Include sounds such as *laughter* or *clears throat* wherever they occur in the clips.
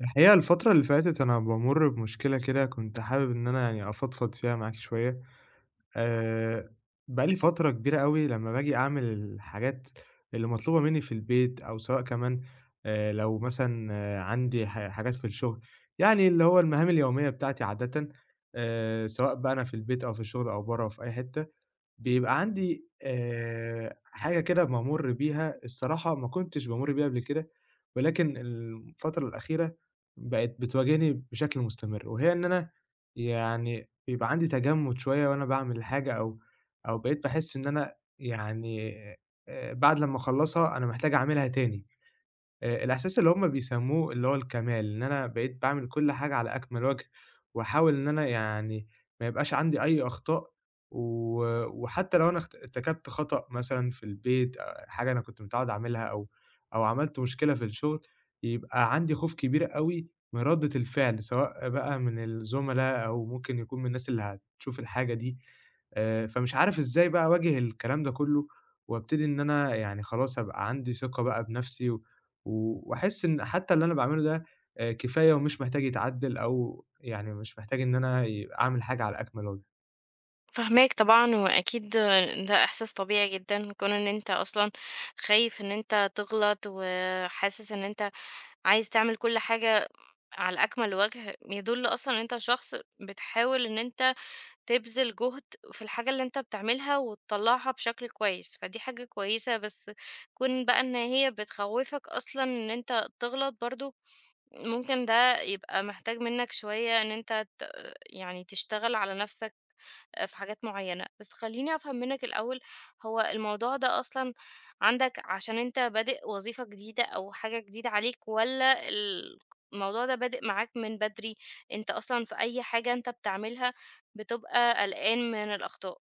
الحقيقة الفترة اللي فاتت أنا بامُر بمشكلة كده كنت حابب إن أنا يعني أفضفض فيها معاك شوية. آآ بقى لي فترة كبيرة أوي لمّا باجي أعمل الحاجات اللي مطلوبة منّي في البيت، أو سواء كمان لو مثلًا عندي حاجات في الشغل، يعني اللي هو المهام اليومية بتاعتي عادةً. سواء بقى أنا في البيت أو في الشغل أو برّه أو في أي حتّة، بيبقى عندي حاجة كده بامُر بيها. الصراحة ما كنتش بامُر بيها قبل كده، ولكن الفترة الأخيرة بقت بتواجهني بشكل مستمر، وهي إن أنا يعني بيبقى عندي تجمُّد شوية وأنا باعمل الحاجة، أو بقيت باحس إن أنا يعني بعد لمّا أخلّصها أنا محتاج أعملها تاني. الإحساس اللي هم بيسمّوه اللي هو الكمال، إن أنا بقيت باعمل كل حاجة على أكمل وجه، واحاول إن أنا يعني ما يبقاش عندي أي أخطاء، و وحتى لو أنا ارتكبت خطأ مثلًا في البيت، حاجة أنا كنت متعوّد أعملها، أو عملت مشكلة في الشغل، يبقى عندي خوف كبير أوي من ردّة الفعل، سواء بقى من الزملا أو ممكن يكون من الناس اللي هتشوف الحاجة دي. فمش عارف إزاي بقى أواجه الكلام ده كلّه، وابتدي إن أنا يعني خلاص أبقى عندي ثقة بقى بنفسي، و و وأحس إن حتى اللي أنا باعمله ده كفاية ومش محتاج يتعدّل، أو يعني مش محتاج إن أنا أعمل حاجة على أكمل وجه. فاهماك طبعًا، وأكيد ده إحساس طبيعي جدًا، كون إن أنت أصلًا خايف إن أنت تغلط، وحاسس إن أنت عايز تعمل كل حاجة على أكمل وجه، يدل أصلًا إن أنت شخص بتحاول إن أنت تبذل جهد في الحاجة اللي أنت بتعملها وتطلّعها بشكل كويس، فدي حاجة كويسة، بس كون بقى إن هي بتخوّفك أصلًا إن أنت تغلط برضه، ممكن ده يبقى محتاج منك شوية إن أنت يعني تشتغل على نفسك. في حاجات معيّنة. بس خلّيني أفهم منّك الأول، هو الموضوع ده أصلًا عندك عشان أنت بادئ وظيفة جديدة أو حاجة جديدة عليك والّا الموضوع ده بادئ معاك من بدري، أنت أصلًا في أي حاجة أنت بتعملها بتبقى قلقان من الأخطاء؟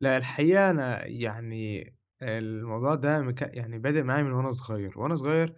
لأ، الحقيقة أنا يعني آه، الموضوع ده يعني بادئ معايا من وأنا صغير. وأنا صغير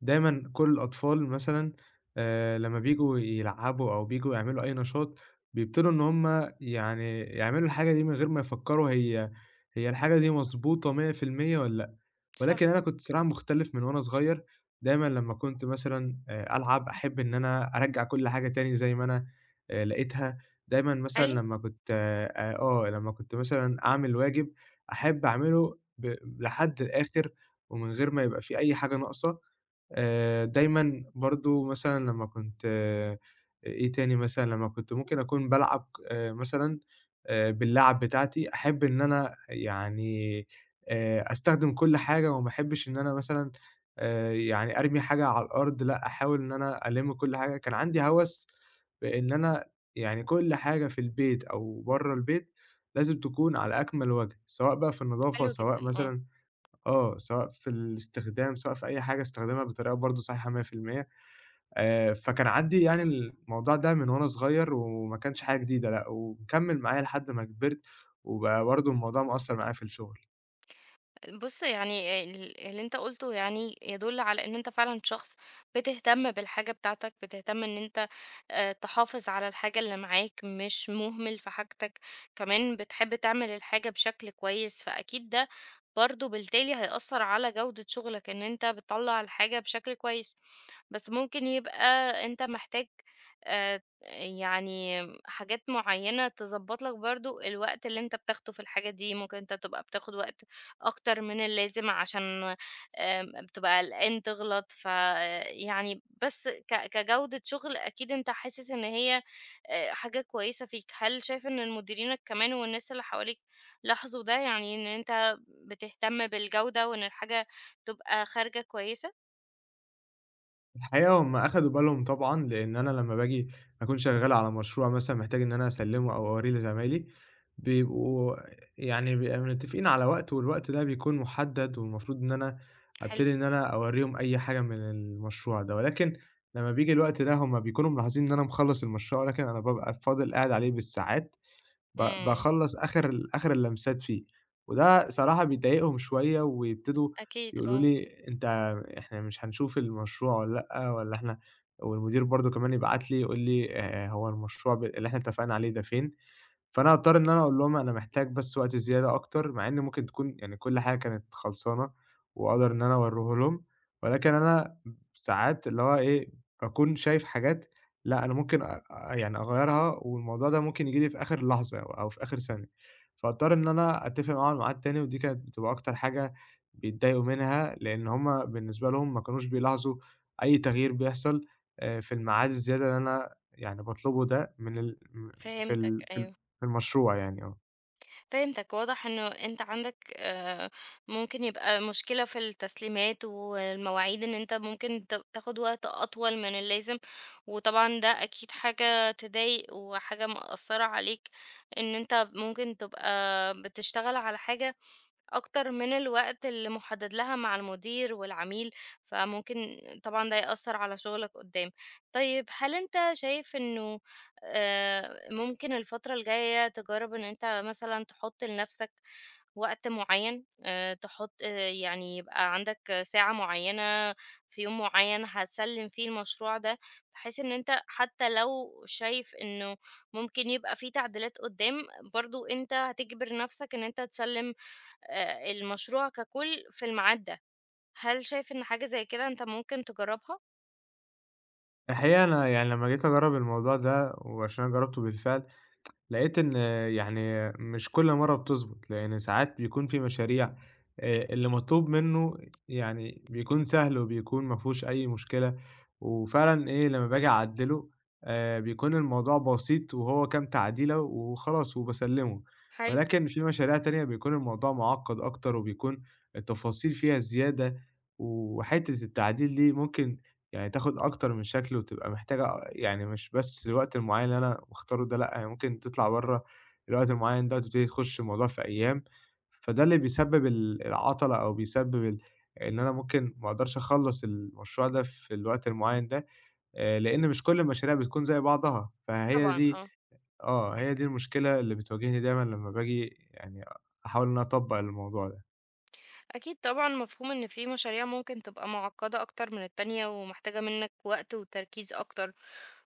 دايمًا كل الأطفال مثلًا لمّا بييجوا يلعبوا أو بييجوا يعملوا أي نشاط، بيبتدوا إن هم يعني يعملوا الحاجة دي من غير ما يفكّروا هي الحاجة دي مضبوطة 100% والّا. صح. ولكن أنا كنت صراحة مُختلِف من وأنا صغير، دايمًا لمّا كنت مثلًا ألعب، أحب إن أنا أرجّع كل حاجة تاني زي ما أنا لقيتها. دايمًا مثلًا حلو، لمّا كنت آه، آه، لمّا كنت مثلًا أعمل واجب، أحب أعمله لحد الآخِر ومن غير ما يبقى في أي حاجة ناقصة. دايمًا برضه مثلًا لمّا كنت إيه تاني مثلًا، لمّا كنت ممكن أكون بالعب مثلًا باللعب بتاعتي، أحب إن أنا يعني أستخدم كل حاجة، وما أحبّش إن أنا مثلًا يعني أرمي حاجة على الأرض، لأ أحاول إن أنا ألِم كل حاجة. كان عندي هَوَس بإن أنا يعني كل حاجة في البيت أو برّه البيت لازم تكون على أكمل وَجه، سواء بقى في النضافة، حلو سواء جدًا، آه. مثلًا آه، سواء في الاستخدام، سواء في أي حاجة أستخدمها بطريقة برضه صحيحة 100%. فكان عندي يعني الموضوع ده من وأنا صغير، وما كانش حاجة جديدة لأ، ومكمّل معايا لحد ما كبرت، وبقى برضه الموضوع مأثّر معايا في الشغل. بُص يعني اللي أنت قُلته يعني يدل على إن أنت فعلًا شخص بتهتم بالحاجة بتاعتك، بتهتم إن أنت تحافظ على الحاجة اللي معاك، مش مهمل في حاجتك، كمان بتحب تعمل الحاجة بشكل كويس، فأكيد ده برضه بالتالي هيأثّر على جودة شغلك، إن أنت بتطلّع الحاجة بشكل كويس. بس ممكن يبقى أنت محتاج آآ يعني حاجات معيّنة تضبّط لك برضه الوقت اللي أنت بتاخده في الحاجة دي، ممكن أنت تبقى بتاخد وقت أكتر من اللازم عشان بتبقى قلقان تغلط، فيعني بس كجودة شغل أكيد أنت حاسس إن هي حاجة كويسة فيك، هل شايف إن مديرينك كمان والناس اللي حواليك لاحظوا ده، يعني إن أنت بتهتم بالجودة وإن الحاجة تبقى خارجة كويسة؟ الحقيقة هم أخدوا بالهم طبعًا، لإن أنا لمّا باجي أكون شغّال على مشروع مثلًا محتاج إن أنا أسلِّمه أو أوريه لزمايلي، بيبقوا يعني بيبقى متّفقين على وقت، والوقت ده بيكون محدد، والمفروض إن أنا حلو، أبتدي إن أنا أورّيهم أي حاجة من المشروع ده. ولكن لمّا بييجي الوقت ده هم بيكونوا ملاحظين إن أنا مخلّص المشروع، ولكن أنا بابقى فاضل قاعد عليه بالساعات، إمم، باخلّص آخر اللمسات فيه. وده صراحة بيضايقهم شوية، ويبتدوا أكيد يقولوا آه، لي: "أنت، إحنا مش هنشوف المشروع والّا لأ، والّا إحنا". والمدير برضه كمان يبعت لي يقول لي: هو المشروع اللي إحنا اتفقنا عليه ده فين؟". فأنا هاضطر إن أنا أقول لهم أنا محتاج بس وقت زيادة أكتر، مع إن ممكن تكون يعني كل حاجة كانت خلصانة وأقدر إن أنا أورّيه لهم. ولكن أنا ساعات اللي هو إيه، باكون شايف حاجات، لأ، أنا ممكن أ أ يعني أغيّرها، والموضوع ده ممكن ييجي لي في آخر لحظة أو في آخر ثانية، فاضطر إن أنا أتّفق معاهم على ميعاد تاني. ودي كانت بتبقى أكتر حاجة بيتضايقوا منها، لإن هم بالنسبة لهم ما كانوش بيلاحظوا أي تغيير بيحصل في الميعاد الزيادة اللي أنا يعني باطلبه ده، من ال م في فهمتك، ال في ال أيوه. في المشروع يعني آه. فهمتك واضح انه انت عندك آه، ممكن يبقى مشكلة في التسليمات والمواعيد ان انت ممكن تاخد وقت اطول من اللازم وطبعا ده اكيد حاجة تضايق وحاجة مأثرة عليك ان انت ممكن تبقى بتشتغل على حاجة أكتر من الوقت اللي مُحدد لها مع المدير والعميل، فممكن طبعًا ده يأثّر على شغلك قدّام. طيب هل أنت شايف إنه ممكن الفترة الجاية تجرّب إن أنت مثلًا تحُط لنَفْسك وقت معيّن، تحُط آه، يعني يبقى عندك ساعة معيّنة في يوم معيّن هتسلِّم فيه المشروع ده، بحيث إن أنت حتّى لو شايف إنه ممكن يبقى في تعديلات قدّام، برضه أنت هتجبر نَفْسك إن أنت تسلِّم المشروع ككل في الميعاد ده، هل شايف إن حاجة زي كده أنت ممكن تجرّبها؟ الحقيقة أنا يعني لمّا جيت أجرّب الموضوع ده، وعشان أنا جرّبته بالفعل، لقيت إن يعني مش كل مرّة بتضبط، لإن ساعات بيكون في مشاريع اللي مطلوب منّه يعني بيكون سهل، وبيكون ما فيهوش أي مشكلة، وفعلًا إيه، لمّا باجي أعدّله بيكون الموضوع بسيط، وهو كام تعديلة وخلاص وباسلّمه. حلو. ولكن في مشاريع تانية بيكون الموضوع معقّد أكتر، وبيكون التفاصيل فيها زيادة، وحتّة التعديل دي ممكن يعني تاخد أكتر من شكل، وتبقى محتاجة يعني مش بس الوقت المعيّن اللي أنا باختاره ده، لأ، هي ممكن تطلع برّه الوقت المعيّن ده، وتبتدي تخُش الموضوع في أيام. فده اللي بيسبب العَطَلة، أو بيسبب إن أنا ممكن ما أقدرش أخلّص المشروع ده في الوقت المعيّن ده. لإن مش كل المشاريع بتكون زي بعضها، فهي طبعًا دي آه. آه، هي دي المشكلة اللي بتواجهني دايمًا لمّا باجي يعني أحاول إن أنا أطبّق الموضوع ده. أكيد طبعًا مفهوم إن في مشاريع ممكن تبقى مُعقّدة أكتر من التانية ومحتاجة منّك وقت وتركيز أكتر،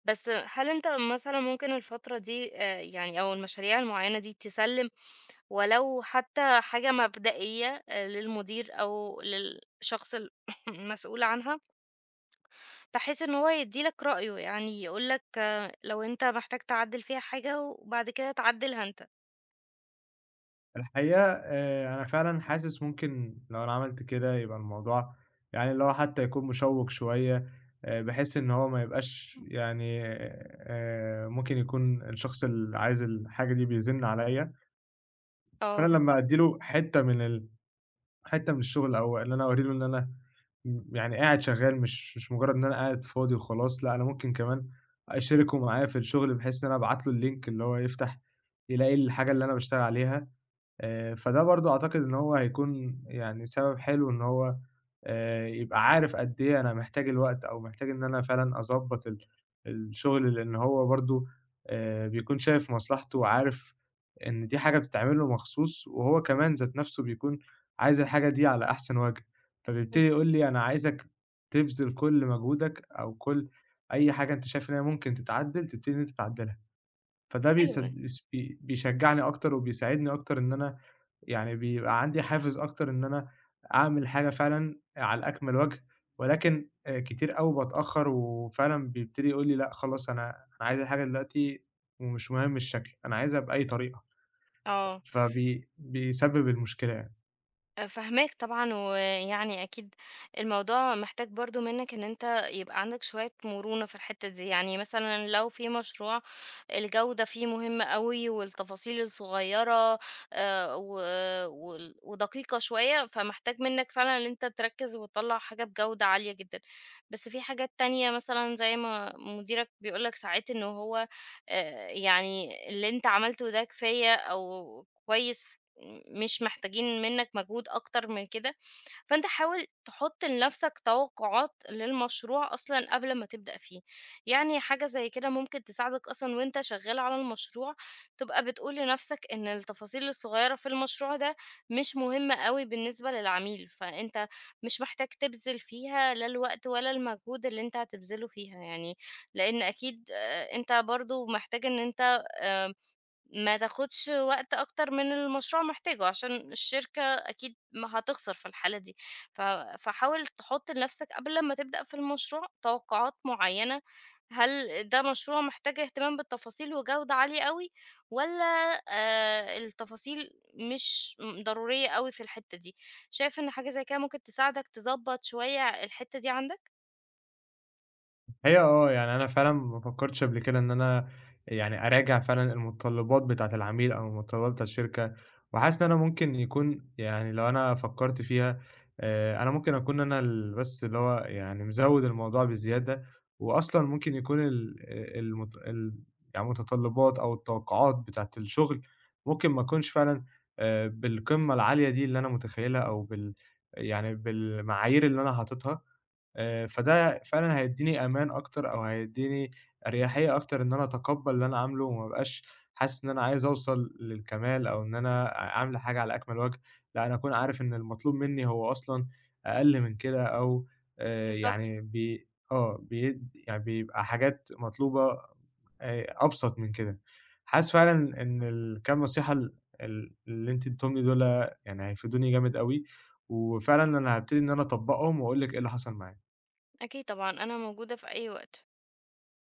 بس هل أنت مثلًا ممكن الفترة دي يعني أو المشاريع المعيّنة دي تسلِّم ولو حتى حاجة مبدئية للمدير أو للشخص *clears throat* *laughs* المسؤول عنها؟ بحيث إن هو يدّي لك رأيه، يعني يقول لك لو أنت محتاج تعدّل فيها حاجة وبعد كده تعدّلها أنت. الحقيقة أنا فعلًا حاسس ممكن لو أنا عملت كده يبقى الموضوع يعني اللي هو حتى يكون مشوّق شوية، بحيث إن هو ما يبقاش يعني ممكن يكون الشخص اللي عايز الحاجة دي بيزن عليَّ. آه فأنا لمّا أدّي بالضبط، له حتة من الشغل، أو إن أنا أورّي له إن أنا يعني قاعد شغّال، مش مجرّد إن أنا قاعد فاضي وخلاص، لأ، أنا ممكن كمان أشاركه معايا في الشغل، بحيث إن أنا أبعت له الlink اللي هو يفتح يلاقي الحاجة اللي أنا باشتغل عليها. فده برضه أعتقد إن هو هيكون يعني سبب حلو إن هو يبقى عارف قد إيه أنا محتاج الوقت، أو محتاج إن أنا فعلًا أضبّط الشغل، لإن هو برضه بيكون شايف مصلحته، وعارف إن دي حاجة بتتعمل له مخصوص، وهو كمان ذات نَفْسه بيكون عايز الحاجة دي على أحسن وجه. فبيبتدي يقول لي أنا عايزك تبذل كل مجهودك، أو كل أي حاجة أنت شايف إن هي ممكن تتعدّل، تبتدي إن أنت تعدّلها. فده حلو. بيسد يعني. بيس بي بيشجّعني أكتر وبيساعدني أكتر، إن أنا يعني بيبقى عندي حافز أكتر إن أنا أعمل حاجة فعلًا على أكمل وجه. ولكن كتير أوي باتأخّر، وفعلًا بيبتدي يقول لي لأ خلاص، أنا عايز الحاجة دلوقتي، ومش مهم الشكل، أنا عايزها بأي طريقة، آه. بيسبب المشكلة يعني. أ فاهماك طبعًا، ويعني أكيد الموضوع محتاج برضه منّك إن أنت يبقى عندك شوية مرونة في الحتّة دي، يعني مثلًا لو في مشروع الجودة فيه مهمة أوي والتفاصيل الصغيّرة و وال ودقيقة شوية، فمحتاج منّك فعلًا إن أنت تركّز وتطلّع حاجة بجودة عالية جدًا. بس في حاجات تانية مثلًا زي ما مديرك بيقول لك ساعات إن هو يعني اللي أنت عملته ده كفاية أو كويس مش محتاجين منك مجهود أكتر من كده، فأنت حاول تحط لنفسك توقعات للمشروع أصلًا قبل ما تبدأ فيه، يعني حاجة زي كده ممكن تساعدك أصلًا وأنت شغال على المشروع، تبقى بتقول لنفسك إن التفاصيل الصغيرة في المشروع ده مش مهمة أوي بالنسبة للعميل، فأنت مش محتاج تبذل فيها لا الوقت ولا المجهود اللي أنت هتبذله فيها يعني، لأن أكيد أنت برضه محتاج إن أنت آآ ما تاخدش وقت أكتر من المشروع محتاجه، عشان الشركة أكيد ما هتخسر في الحالة دي، ف فحاول تحط لنفسك قبل أمّا تبدأ في المشروع توقعات معيّنة، هل ده مشروع محتاج اهتمام بالتفاصيل وجودة عالية أوي والّا التفاصيل مش ضرورية أوي في الحتّة دي؟ شايف إن حاجة زي كده ممكن تساعدك تضبّط شوية الحتّة دي عندك؟ هي آه، يعني أنا فعلًا ما فكّرتش قبل كده إن أنا يعني أراجع فعلًا المتطلّبات بتاعة العميل أو المتطلّبات بتاعة الشركة. وحاسس إن أنا ممكن يكون يعني لو أنا فكّرت فيها أنا ممكن أكون أنا بس اللي هو يعني مزوّد الموضوع بزيادة. وأصلًا ممكن يكون ال المت ال يعني المتطلّبات أو التوقعات بتاعة الشغل، ممكن ما أكونش فعلًا بالقمة العالية دي اللي أنا متخيّلها، أو يعني بالمعايير اللي أنا حاططها. فده فعلًا هيدّيني أمان أكتر، أو هيدّيني أريحية أكتر، إن أنا أتقبّل اللي أنا عامله وما أبقاش حاسس إن أنا عايز أوصل للكمال، أو إن أنا عامل حاجة على أكمل وجه. لأ، أنا أكون عارف إن المطلوب منّي هو أصلًا أقل من كده، أو بالضبط. يعني بي آه، بي يعني بيبقى حاجات مطلوبة أبسط من كده. حاسس فعلًا إن الكام نصيحة ال ال اللي أنتِ اديتيهم لي دُول يعني هيفيدوني جامد أوي، وفعلًا أنا هابتدي إن أنا أطبّقهم وأقول لِك إيه اللي حصل معايا. أكيد طبعًا، أنا موجودة في أي وقت.